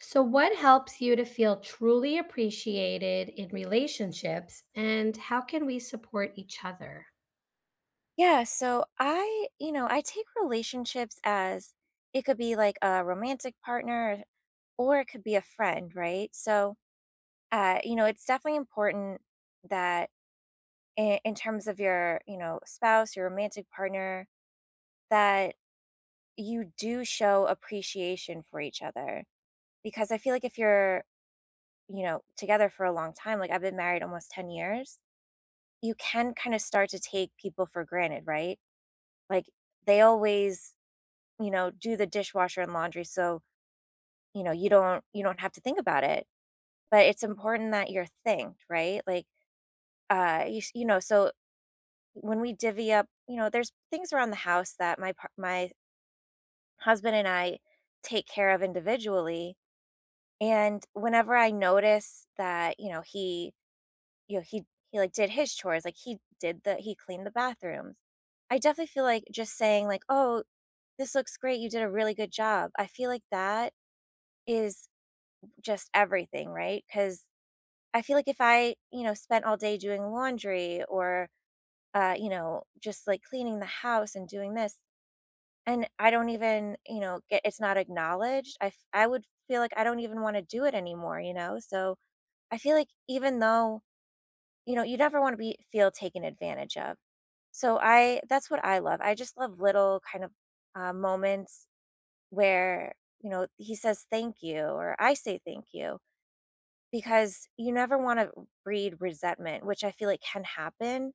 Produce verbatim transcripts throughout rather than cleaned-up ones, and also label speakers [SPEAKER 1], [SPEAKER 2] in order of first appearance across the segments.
[SPEAKER 1] So, what helps you to feel truly appreciated in relationships, and how can we support each other?
[SPEAKER 2] Yeah, so I, you know, I take relationships as it could be like a romantic partner or it could be a friend, right? So, uh, you know, it's definitely important that in, in terms of your, you know, spouse, your romantic partner, that you do show appreciation for each other. Because I feel like if you're, you know, together for a long time, like I've been married almost ten years, you can kind of start to take people for granted, right? Like they always you know, do the dishwasher and laundry so, you know, you don't you don't have to think about it. But it's important that you're thanked, right? Like, uh, you, s- you know, so when we divvy up, you know, there's things around the house that my par- my husband and I take care of individually. And whenever I notice that, you know, he, you know, he he like did his chores, like he did the he cleaned the bathrooms. I definitely feel like just saying like, "Oh, this looks great. You did a really good job." I feel like that is just everything, right? Because I feel like if I, you know, spent all day doing laundry or, uh, you know, just like cleaning the house and doing this, and I don't even, you know, get it's not acknowledged, I, f- I would feel like I don't even want to do it anymore, you know? So I feel like even though, you know, you never want to be feel taken advantage of. So I, that's what I love. I just love little kind of uh, moments where, you know, he says thank you or I say thank you. Because you never wanna breed resentment, which I feel like can happen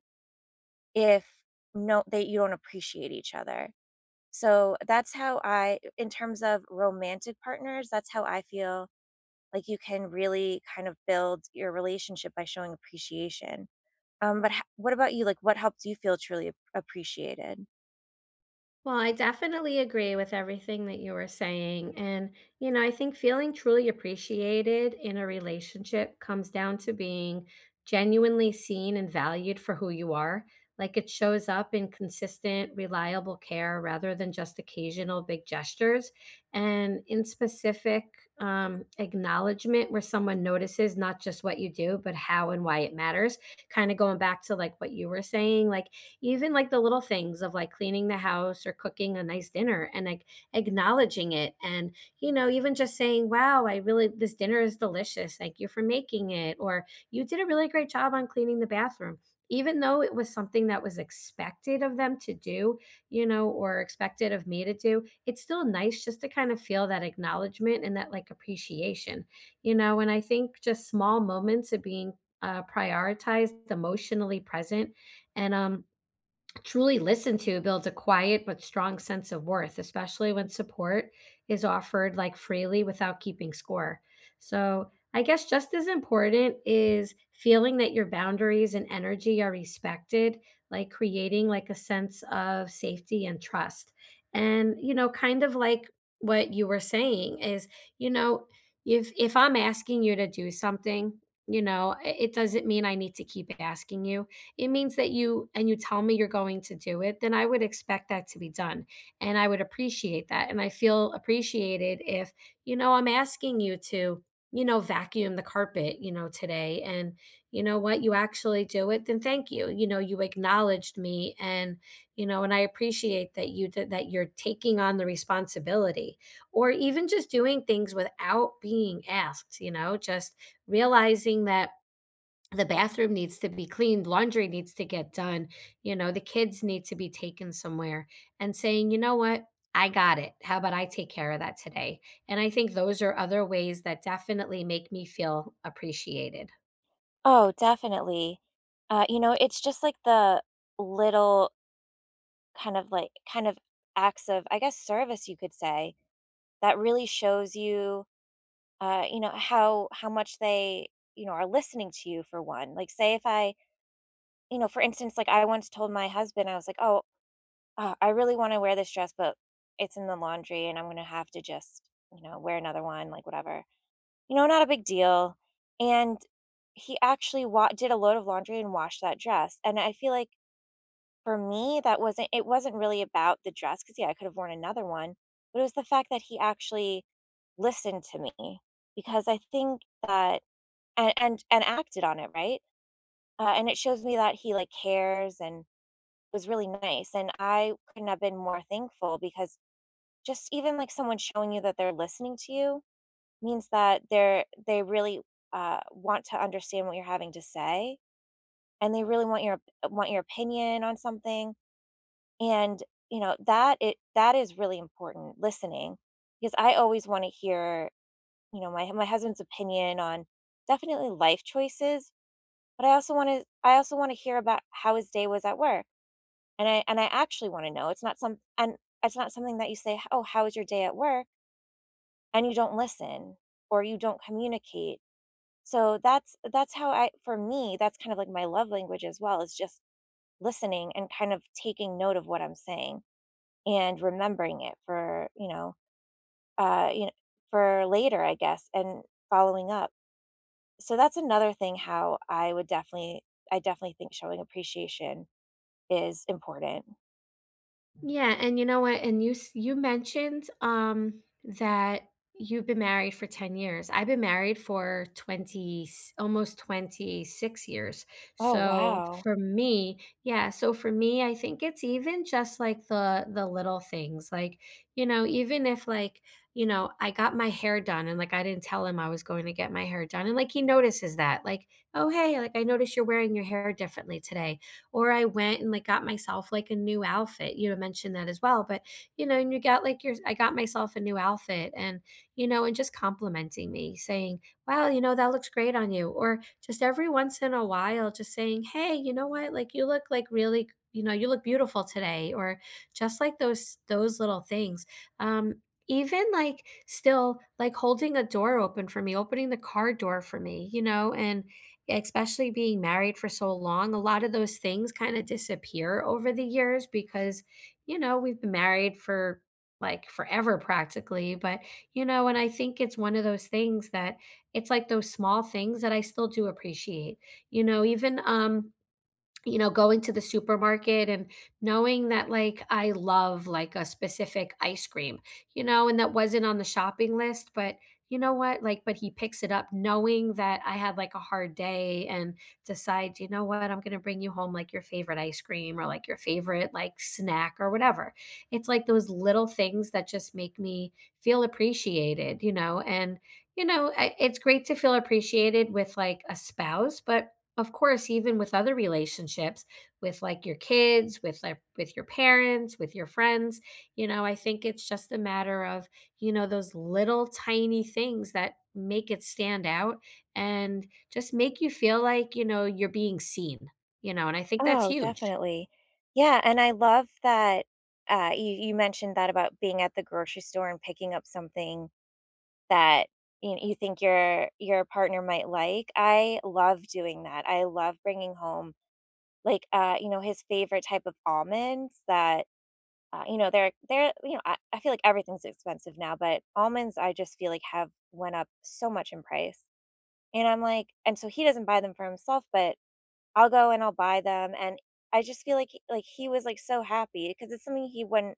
[SPEAKER 2] if no that you don't appreciate each other. So, that's how I in terms of romantic partners, that's how I feel like you can really kind of build your relationship by showing appreciation. Um, but ho what about you? Like, what helps you feel truly ap appreciated?
[SPEAKER 1] Well, I definitely agree with everything that you were saying. And, you know, I think feeling truly appreciated in a relationship comes down to being genuinely seen and valued for who you are. Like, it shows up in consistent, reliable care rather than just occasional big gestures and in specific um, acknowledgement where someone notices not just what you do, but how and why it matters. Kind of going back to like what you were saying, like, even like the little things of like cleaning the house or cooking a nice dinner and like acknowledging it and, you know, even just saying, wow, I really, this dinner is delicious, thank you for making it, or you did a really great job on cleaning the bathroom, even though it was something that was expected of them to do, you know, or expected of me to do. It's still nice just to kind of feel that acknowledgement and that like appreciation, you know. And I think just small moments of being uh, prioritized, emotionally present, and um truly listened to builds a quiet but strong sense of worth, especially when support is offered like freely without keeping score. So, I guess just as important is feeling that your boundaries and energy are respected, like creating like a sense of safety and trust. And, you know, kind of like what you were saying is, you know, if if I'm asking you to do something, you know, it it doesn't mean I need to keep asking you. It means that you, and you tell me you're going to do it, then I would expect that to be done. And I would appreciate that. And I feel appreciated if, you know, I'm asking you to, you know, vacuum the carpet, you know, today. And you know what, you actually do it, then thank you. You know, you acknowledged me and, you know, and I appreciate that you did that, you're taking on the responsibility, or even just doing things without being asked, you know, just realizing that the bathroom needs to be cleaned, laundry needs to get done, you know, the kids need to be taken somewhere, and saying, you know what, I got it. How about I take care of that today? And I think those are other ways that definitely make me feel appreciated.
[SPEAKER 2] Oh, definitely. Uh, you know, it's just like the little kind of like kind of acts of, I guess, service you could say, that really shows you, uh, you know, how how much they, you know, are listening to you for one. Like, say if I, you know, for instance, like I once told my husband, I was like, "Oh, uh, I really want to wear this dress, but it's in the laundry, and I'm gonna have to just, you know, wear another one, like whatever, you know, not a big deal." And he actually wa- did a load of laundry and washed that dress, and I feel like for me that wasn't it wasn't really about the dress because yeah I could have worn another one, but it was the fact that he actually listened to me. Because I think that and and, and acted on it, right? Uh, and it shows me that he like cares and was really nice. And I couldn't have been more thankful because just even like someone showing you that they're listening to you means that they're they really uh, want to understand what you're having to say, and they really want your want your opinion on something. And you know that it that is really important, listening, because I always want to hear, you know, my my husband's opinion on definitely life choices, but I also want to I also want to hear about how his day was at work. And I and I actually want to know. It's not some and it's not something that you say, "Oh, how was your day at work?" and you don't listen or you don't communicate. So that's that's how I for me, that's kind of like my love language as well, is just listening and kind of taking note of what I'm saying and remembering it for, you know, uh, you know, for later, I guess, and following up. So that's another thing how I would definitely I definitely think showing appreciation is important.
[SPEAKER 1] Yeah, and you know what? And you s- you mentioned um that you've been married for ten years. I've been married for twenty s- almost twenty-six years.
[SPEAKER 2] Oh,
[SPEAKER 1] So
[SPEAKER 2] wow.
[SPEAKER 1] for me, yeah, so for me, I think it's even just like the the little things. Like, you know, even if like, you know, I got my hair done, and like, I didn't tell him I was going to get my hair done, and like he notices that. Like, "Oh, hey, like I noticed you're wearing your hair differently today," or I went and like got myself like a new outfit. You mentioned that as well. But you know, and you got like your, I got myself a new outfit, and you know, and just complimenting me, saying, wow, you know, that looks great on you. Or just every once in a while, just saying, hey, you know what? Like, you look like, really, you know, you look beautiful today, or just like those those little things, um even like still like holding a door open for me, opening the car door for me, you know. And especially being married for so long, a lot of those things kind of disappear over the years because, you know, we've been married for like forever practically. But, you know, and I think it's one of those things that it's like those small things that I still do appreciate. You know, even um you know, going to the supermarket and knowing that like I love like a specific ice cream, you know, and that wasn't on the shopping list, but you know what? Like, but he picks it up knowing that I had like a hard day and decides, you know what, I'm going to bring you home like your favorite ice cream or like your favorite like snack or whatever. It's like those little things that just make me feel appreciated, you know, and, you know, I- it's great to feel appreciated with like a spouse, but of course, even with other relationships, with like your kids, with like with your parents, with your friends, you know, I think it's just a matter of, you know, those little tiny things that make it stand out and just make you feel like, you know, you're being seen, you know. And I think that's
[SPEAKER 2] Oh,
[SPEAKER 1] huge.
[SPEAKER 2] definitely. Yeah, and I love that, uh, you you mentioned that about being at the grocery store and picking up something that you you think your your partner might like. I love doing that. I love bringing home, like, uh, you know, his favorite type of almonds that. Uh, you know, they're they're you know, I, I feel like everything's expensive now, but almonds I just feel like have went up so much in price. And I'm like, and so he doesn't buy them for himself, but I'll go and I'll buy them. And I just feel like he- like he was like so happy because it's something he wouldn't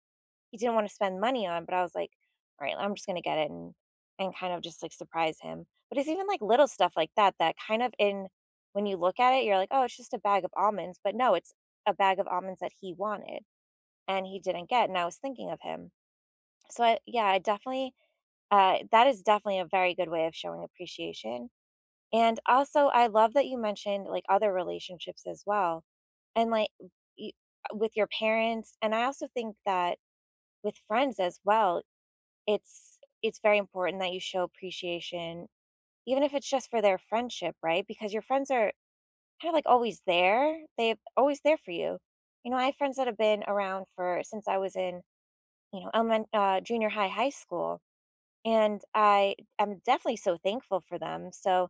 [SPEAKER 2] he didn't want to spend money on, but I was like, all right, I'm just gonna get it and and kind of just like surprise him. But it's even like little stuff like that that kind of in when you look at it, you're like, oh, it's just a bag of almonds. But no, it's a bag of almonds that he wanted and he didn't get. And I was thinking of him. So I yeah, I definitely, uh, that is definitely a very good way of showing appreciation. And also, I love that you mentioned like other relationships as well, and like you, with your parents. And I also think that with friends as well, it's it's very important that you show appreciation, even if it's just for their friendship, right? Because your friends are kind of like always there; they're always there for you. You know, I have friends that have been around for since I was in you know element uh, junior high, high school. And I am definitely so thankful for them. So,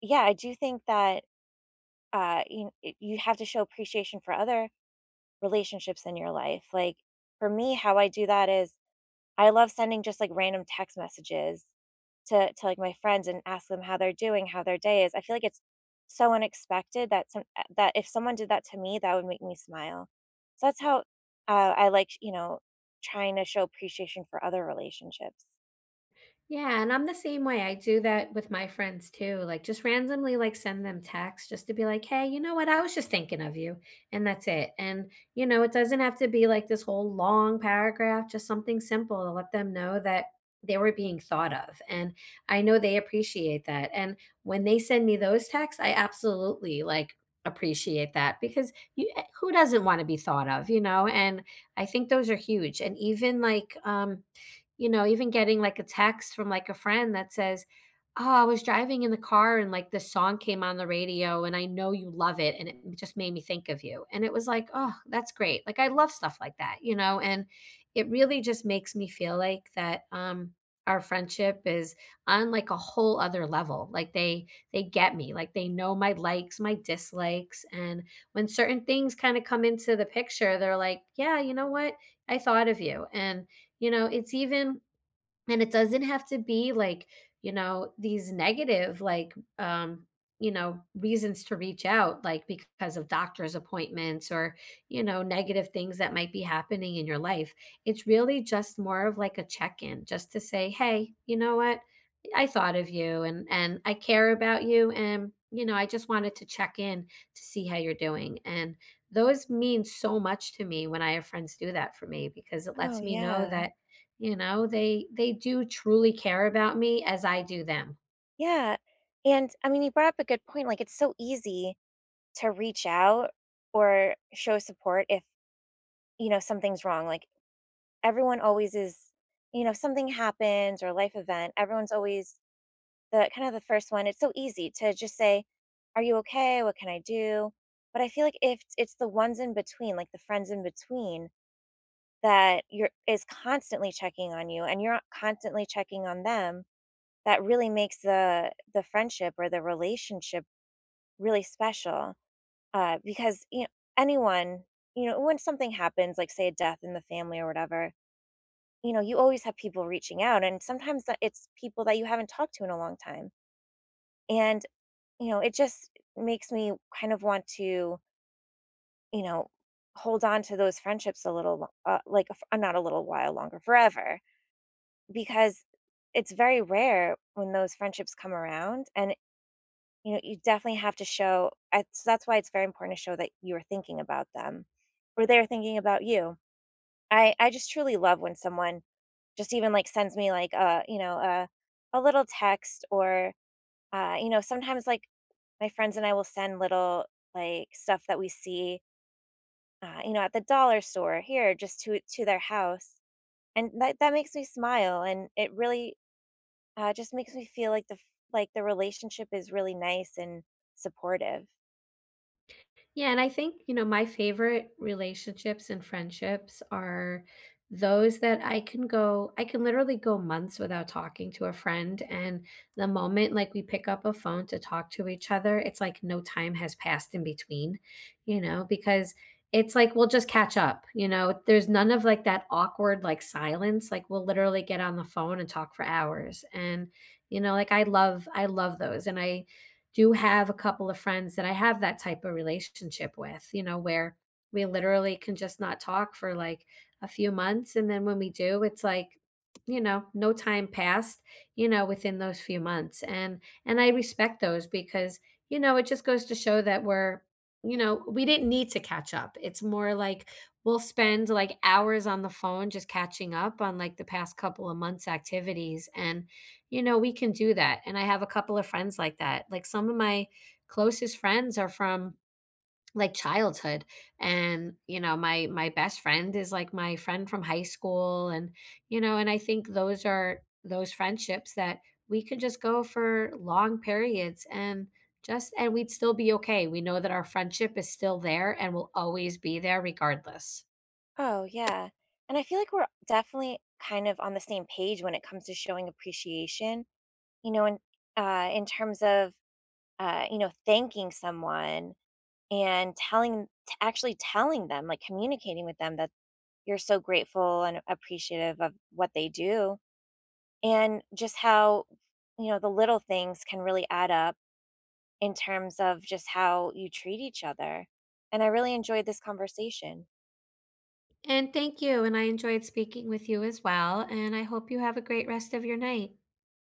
[SPEAKER 2] yeah, I do think that uh, you you have to show appreciation for other relationships in your life. Like for me, how I do that is I love sending just like random text messages to to like my friends and ask them how they're doing, how their day is. I feel like it's so unexpected that some uh, that if someone did that to me, that would make me smile. So that's how uh, I like you know trying to show appreciation for other relationships.
[SPEAKER 1] Yeah, and I'm the same way. I do that with my friends too. Like, just randomly like send them texts just to be like, "Hey, you know what? I was just thinking of you." And that's it. And you know, it doesn't have to be like this whole long paragraph, just something simple to let them know that they were being thought of. And I know they appreciate that. And when they send me those texts, I absolutely like appreciate that because, you, eh, who doesn't want to be thought of, you know? And I think those are huge. And even like um you know, even getting, like, a text from, like, a friend that says, "Oh, I was driving in the car and, like, this song came on the radio, and I know you love it, and it just made me think of you." And it was like, "Oh, that's great." Like, I love stuff like that, you know. And it really just makes me feel like that, um, our friendship is on, like, a whole other level. Like, they they get me, like, they know my likes, my dislikes, and when certain things kinda come into the picture, they're like, "Yeah, you know what? I thought of you." And you know, it's even, and it doesn't have to be like, you know, these negative, like, um, you know, reasons to reach out, like because of doctor's appointments or, you know, negative things that might be happening in your life. It's really just more of like a check in, just to say, hey, you know what? I thought of you, and and I care about you, and you know, I just wanted to check in to see how you're doing. And those mean so much to me when I have friends do that for me because it
[SPEAKER 2] Oh
[SPEAKER 1] lets me know
[SPEAKER 2] yeah.
[SPEAKER 1] that, you know, they they do truly care about me as I do them.
[SPEAKER 2] Yeah, and I mean, you brought up a good point, like, it's so easy to reach out or show support if, you know, something's wrong, like, everyone always is you know, if something happens or a life event, everyone's always the kind of the first one it's so easy to just say, "Are you okay? What can I do?" But I feel like if it's the ones in between, like the friends in between that you're is constantly checking on you and you're constantly checking on them, that really makes the the friendship or the relationship really special, uh, because, you know, anyone you know, when something happens, like say a death in the family or whatever, you know, you always have people reaching out, and sometimes that it's people that you haven't talked to in a long time, and you know, it just makes me kind of want to, you know, hold on to those friendships a little, lo- uh, like a f- uh, not a little while longer, forever, because it's very rare when those friendships come around, and you know, you definitely have to show I, so that's why it's very important to show that you are thinking about them or they're thinking about you. I I just truly love when someone just even, like, sends me, like, a you know, a a little text, or, uh, you know, sometimes, like, my friends and I will send little, like, stuff that we see, uh, you know, at the dollar store here just to to their house, and that that makes me smile, and it really, uh, just makes me feel like the f like, the relationship is really nice and supportive.
[SPEAKER 1] Yeah, and I think, you know, my favorite relationships and friendships are those that I can go I can literally go months without talking to a friend, and the moment like we pick up a phone to talk to each other, it's like no time has passed in between, you know, because it's like we'll just catch up, you know. There's none of like that awkward like silence. Like, we'll literally get on the phone and talk for hours. And you know, like I love I love those, and I do have a couple of friends that I have that type of relationship with, you know, where we literally can just not talk for like a few months. And then when we do, it's like, you know, no time passed, you know, within those few months. And, and I respect those because, you know, it just goes to show that we're, you know, we didn't need to catch up. It's more like we'll spend like hours on the phone just catching up on like the past couple of months' activities. And you know, we can do that, and I have a couple of friends like that. Like, some of my closest friends are from, like, childhood, and, you know, my my best friend is, like, my friend from high school. And, you know, and I think those are those friendships that we could just go for long periods, and just and we'd still be okay. We know that our friendship is still there and will always be there regardless.
[SPEAKER 2] Oh, yeah. And I feel like we're definitely kind of on the same page when it comes to showing appreciation, you know, in, uh, in terms of, uh, you know, thanking someone and telling, t- actually telling them, like communicating with them that you're so grateful and appreciative of what they do. And just how, you know, the little things can really add up in terms of just how you treat each other. And I really enjoyed this conversation.
[SPEAKER 1] And thank you, and I enjoyed speaking with you as well, and I hope you have a great rest of your night.